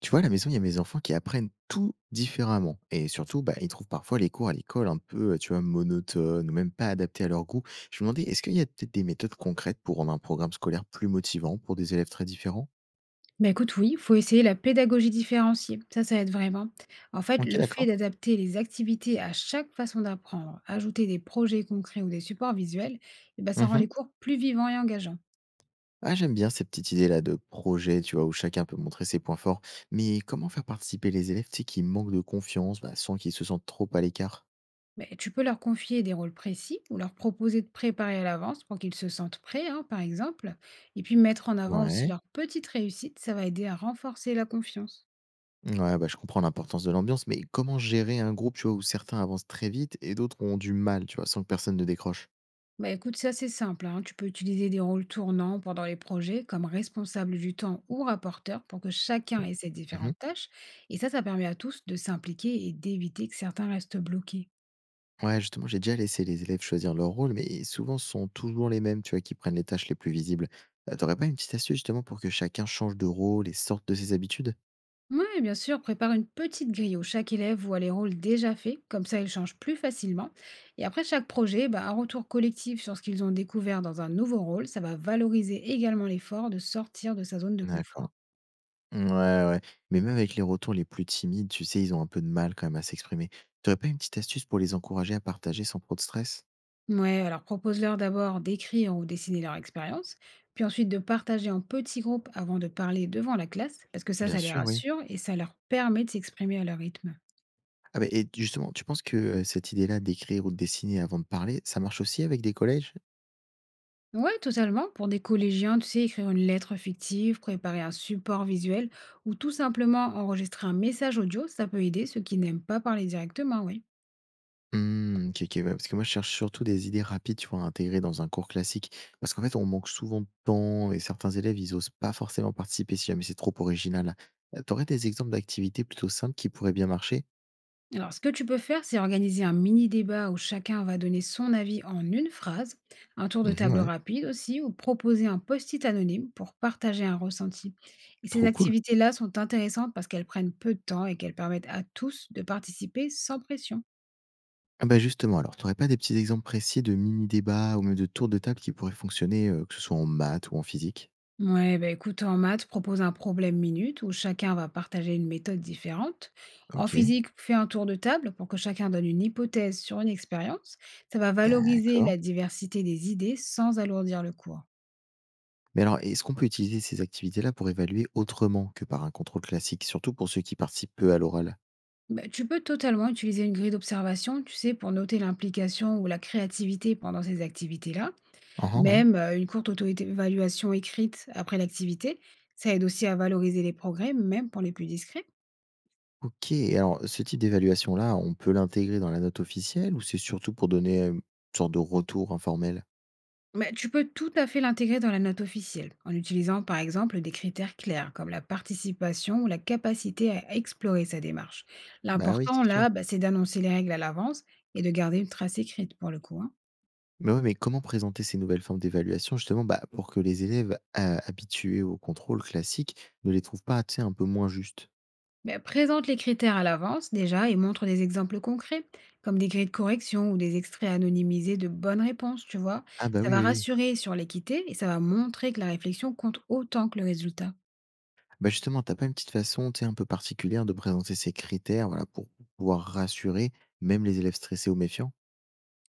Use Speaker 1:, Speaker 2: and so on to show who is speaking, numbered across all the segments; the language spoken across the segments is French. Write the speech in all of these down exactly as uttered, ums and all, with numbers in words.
Speaker 1: Tu vois, à la maison, il y a mes enfants qui apprennent tout différemment. Et surtout, bah, ils trouvent parfois les cours à l'école un peu, euh, tu vois, monotones ou même pas adaptés à leur goût. Je me demandais, est-ce qu'il y a peut-être des méthodes concrètes pour rendre un programme scolaire plus motivant pour des élèves très différents?
Speaker 2: Bah, écoute, oui, il faut essayer la pédagogie différenciée. Ça, ça aide vraiment. En fait,
Speaker 1: Ok,
Speaker 2: le fait
Speaker 1: d'accord.
Speaker 2: d'adapter les activités à chaque façon d'apprendre, ajouter des projets concrets ou des supports visuels, eh ben, ça rend
Speaker 1: Mhm.
Speaker 2: les cours plus vivants et engageants.
Speaker 1: Ah, j'aime bien ces petites idées-là de projet, tu vois, où chacun peut montrer ses points forts. Mais comment faire participer les élèves, tu sais, qui manquent de confiance, bah, sans qu'ils se sentent trop à l'écart?
Speaker 2: Mais tu peux leur confier des rôles précis ou leur proposer de préparer à l'avance pour qu'ils se sentent prêts, hein, par exemple. Et puis mettre en avant aussi
Speaker 1: Ouais.
Speaker 2: leurs petites réussites, ça va aider à renforcer la confiance.
Speaker 1: Ouais, bah, je comprends l'importance de l'ambiance, mais comment gérer un groupe, tu vois, où certains avancent très vite et d'autres ont du mal, tu vois, sans que personne ne décroche?
Speaker 2: Bah écoute, c'est assez simple, hein. Tu peux utiliser des rôles tournants pendant les projets comme responsable du temps ou rapporteur pour que chacun
Speaker 1: Mm.
Speaker 2: ait ses
Speaker 1: Mhm.
Speaker 2: différentes tâches. Et ça, ça permet à tous de s'impliquer et d'éviter que certains restent bloqués.
Speaker 1: Ouais, justement, j'ai déjà laissé les élèves choisir leur rôle, mais souvent ce sont toujours les mêmes, tu vois, qui prennent les tâches les plus visibles. Euh, T'aurais pas une petite astuce justement pour que chacun change de rôle et sorte de ses habitudes?
Speaker 2: Oui, bien sûr, prépare une petite grille où chaque élève voit les rôles déjà faits, comme ça ils changent plus facilement. Et après chaque projet, bah, un retour collectif sur ce qu'ils ont découvert dans un nouveau rôle, ça va valoriser également l'effort de sortir de sa zone de
Speaker 1: D'accord.
Speaker 2: confort.
Speaker 1: Ouais, ouais. Mais même avec les retours les plus timides, tu sais, ils ont un peu de mal quand même à s'exprimer. T'aurais pas une petite astuce pour les encourager à partager sans trop de stress?
Speaker 2: Ouais, alors propose-leur d'abord d'écrire ou dessiner leur expérience, puis ensuite de partager en petits groupes avant de parler devant la classe, parce que ça,
Speaker 1: Bien
Speaker 2: ça les
Speaker 1: sûr, oui.
Speaker 2: rassure et ça leur permet de s'exprimer à leur rythme.
Speaker 1: Ah beh et justement, tu penses que, heu, cette idée-là d'écrire ou de dessiner avant de parler, ça marche aussi avec des collèges?
Speaker 2: Ouais, totalement. Pour des collégiens, tu sais, écrire une lettre fictive, préparer un support visuel ou tout simplement enregistrer un message audio, ça peut aider ceux qui n'aiment pas parler directement, oui.
Speaker 1: Mmh, OK, OK, ouais, parce que moi je cherche surtout des idées rapides, tu vois, à intégrer dans un cours classique. Parce qu'en fait, on manque souvent de temps et certains élèves, ils osent pas forcément participer si jamais c'est trop original. Heu, tu des exemples d'activités plutôt simples qui pourraient bien marcher?
Speaker 2: Alors, ce que tu peux faire, c'est organiser un mini débat où chacun va donner son avis en une phrase, un tour de
Speaker 1: Mmh
Speaker 2: table
Speaker 1: ouais,
Speaker 2: rapide aussi, ou proposer un post-it anonyme pour partager un ressenti. Et ces
Speaker 1: trop cool.
Speaker 2: activités-là sont intéressantes parce qu'elles prennent peu de temps et qu'elles permettent à tous de participer sans pression.
Speaker 1: Ah bah justement, alors t'aurais pas des petits exemples précis de mini-débats ou même de tours de table qui pourraient fonctionner, heu, que ce soit en maths ou en physique?
Speaker 2: Ouais, bah écoute, en maths, propose un problème minute où chacun va partager une méthode différente. En
Speaker 1: OK,
Speaker 2: physique, fais un tour de table pour que chacun donne une hypothèse sur une expérience. Ça va valoriser
Speaker 1: d'accord.
Speaker 2: la diversité des idées sans alourdir le cours.
Speaker 1: Mais alors, est-ce qu'on peut utiliser ces activités-là pour évaluer autrement que par un contrôle classique, surtout pour ceux qui participent peu à l'oral?
Speaker 2: Bah, tu peux totalement utiliser une grille d'observation, tu sais, pour noter l'implication ou la créativité pendant ces activités-là.
Speaker 1: Ah ah, ouais.
Speaker 2: Même euh, une courte auto-évaluation écrite après l'activité, ça aide aussi à valoriser les progrès, même pour les plus discrets.
Speaker 1: Ok, et alors ce type d'évaluation-là, on peut l'intégrer dans la note officielle ou c'est surtout pour donner euh, une sorte de retour informel?
Speaker 2: Mais tu peux tout à fait l'intégrer dans la note officielle, en utilisant par exemple des critères clairs, comme la participation ou la capacité à explorer sa démarche.
Speaker 1: Bah oui,
Speaker 2: L'important
Speaker 1: c'est sûr.
Speaker 2: là, bah, c'est d'annoncer les règles à l'avance et de garder une trace écrite pour le coup, hein.
Speaker 1: Mais ouais, mais comment présenter ces nouvelles formes d'évaluation justement bah, pour que les élèves euh, habitués au contrôle classique ne les trouvent pas, tu sais, un peu moins justes?
Speaker 2: Ben, présente les critères à l'avance déjà et montre des exemples concrets, comme des grilles de correction ou des extraits anonymisés de bonnes réponses, tu vois.
Speaker 1: Ah bah
Speaker 2: Ça
Speaker 1: oui,
Speaker 2: va
Speaker 1: oui, oui.
Speaker 2: rassurer sur l'équité et ça va montrer que la réflexion compte autant que le résultat.
Speaker 1: Bah, justement, t'as pas une petite façon, tu sais, un peu particulière de présenter ces critères, voilà, pour pouvoir rassurer même les élèves stressés ou méfiants?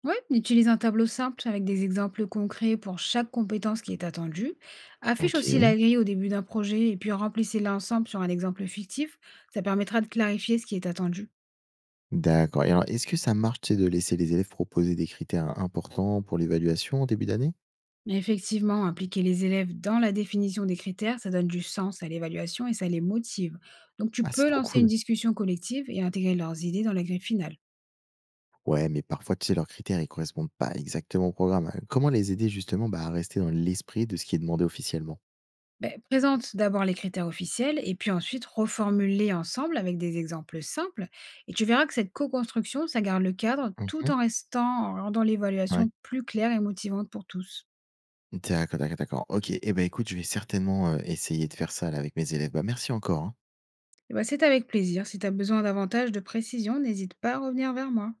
Speaker 2: Oui, utilise un tableau simple avec des exemples concrets pour chaque compétence qui est attendue. Affiche aussi la
Speaker 1: OK,
Speaker 2: grille au début d'un projet et puis remplissez-la ensemble sur un exemple fictif. Ça permettra de clarifier ce qui est attendu.
Speaker 1: d'accord, et alors est-ce que ça marche, tu sais, de laisser les élèves proposer des critères importants pour l'évaluation en début d'année?
Speaker 2: Mais effectivement, impliquer les élèves dans la définition des critères, ça donne du sens à l'évaluation et ça les motive. Donc tu
Speaker 1: Ah, c'est
Speaker 2: peux
Speaker 1: trop
Speaker 2: lancer une
Speaker 1: cool.
Speaker 2: discussion collective et intégrer leurs idées dans la grille finale.
Speaker 1: Ouais, mais parfois, tu sais, leurs critères, ils correspondent pas exactement au programme, hein. Comment les aider justement, bah, à rester dans l'esprit de ce qui est demandé officiellement?
Speaker 2: Ben, présente d'abord les critères officiels et puis ensuite reformule-les ensemble avec des exemples simples et tu verras que cette co-construction, ça garde le cadre tout
Speaker 1: Mmh.
Speaker 2: en restant, en rendant
Speaker 1: Ouais.
Speaker 2: l'évaluation plus claire et motivante pour tous.
Speaker 1: D'accord, d'accord, d'accord. OK et eh ben, écoute, je vais certainement, heu, essayer de faire ça là avec mes élèves. Bah, merci encore, hein.
Speaker 2: Et ben, c'est avec plaisir. Si tu as besoin davantage de précision, n'hésite pas à revenir vers moi.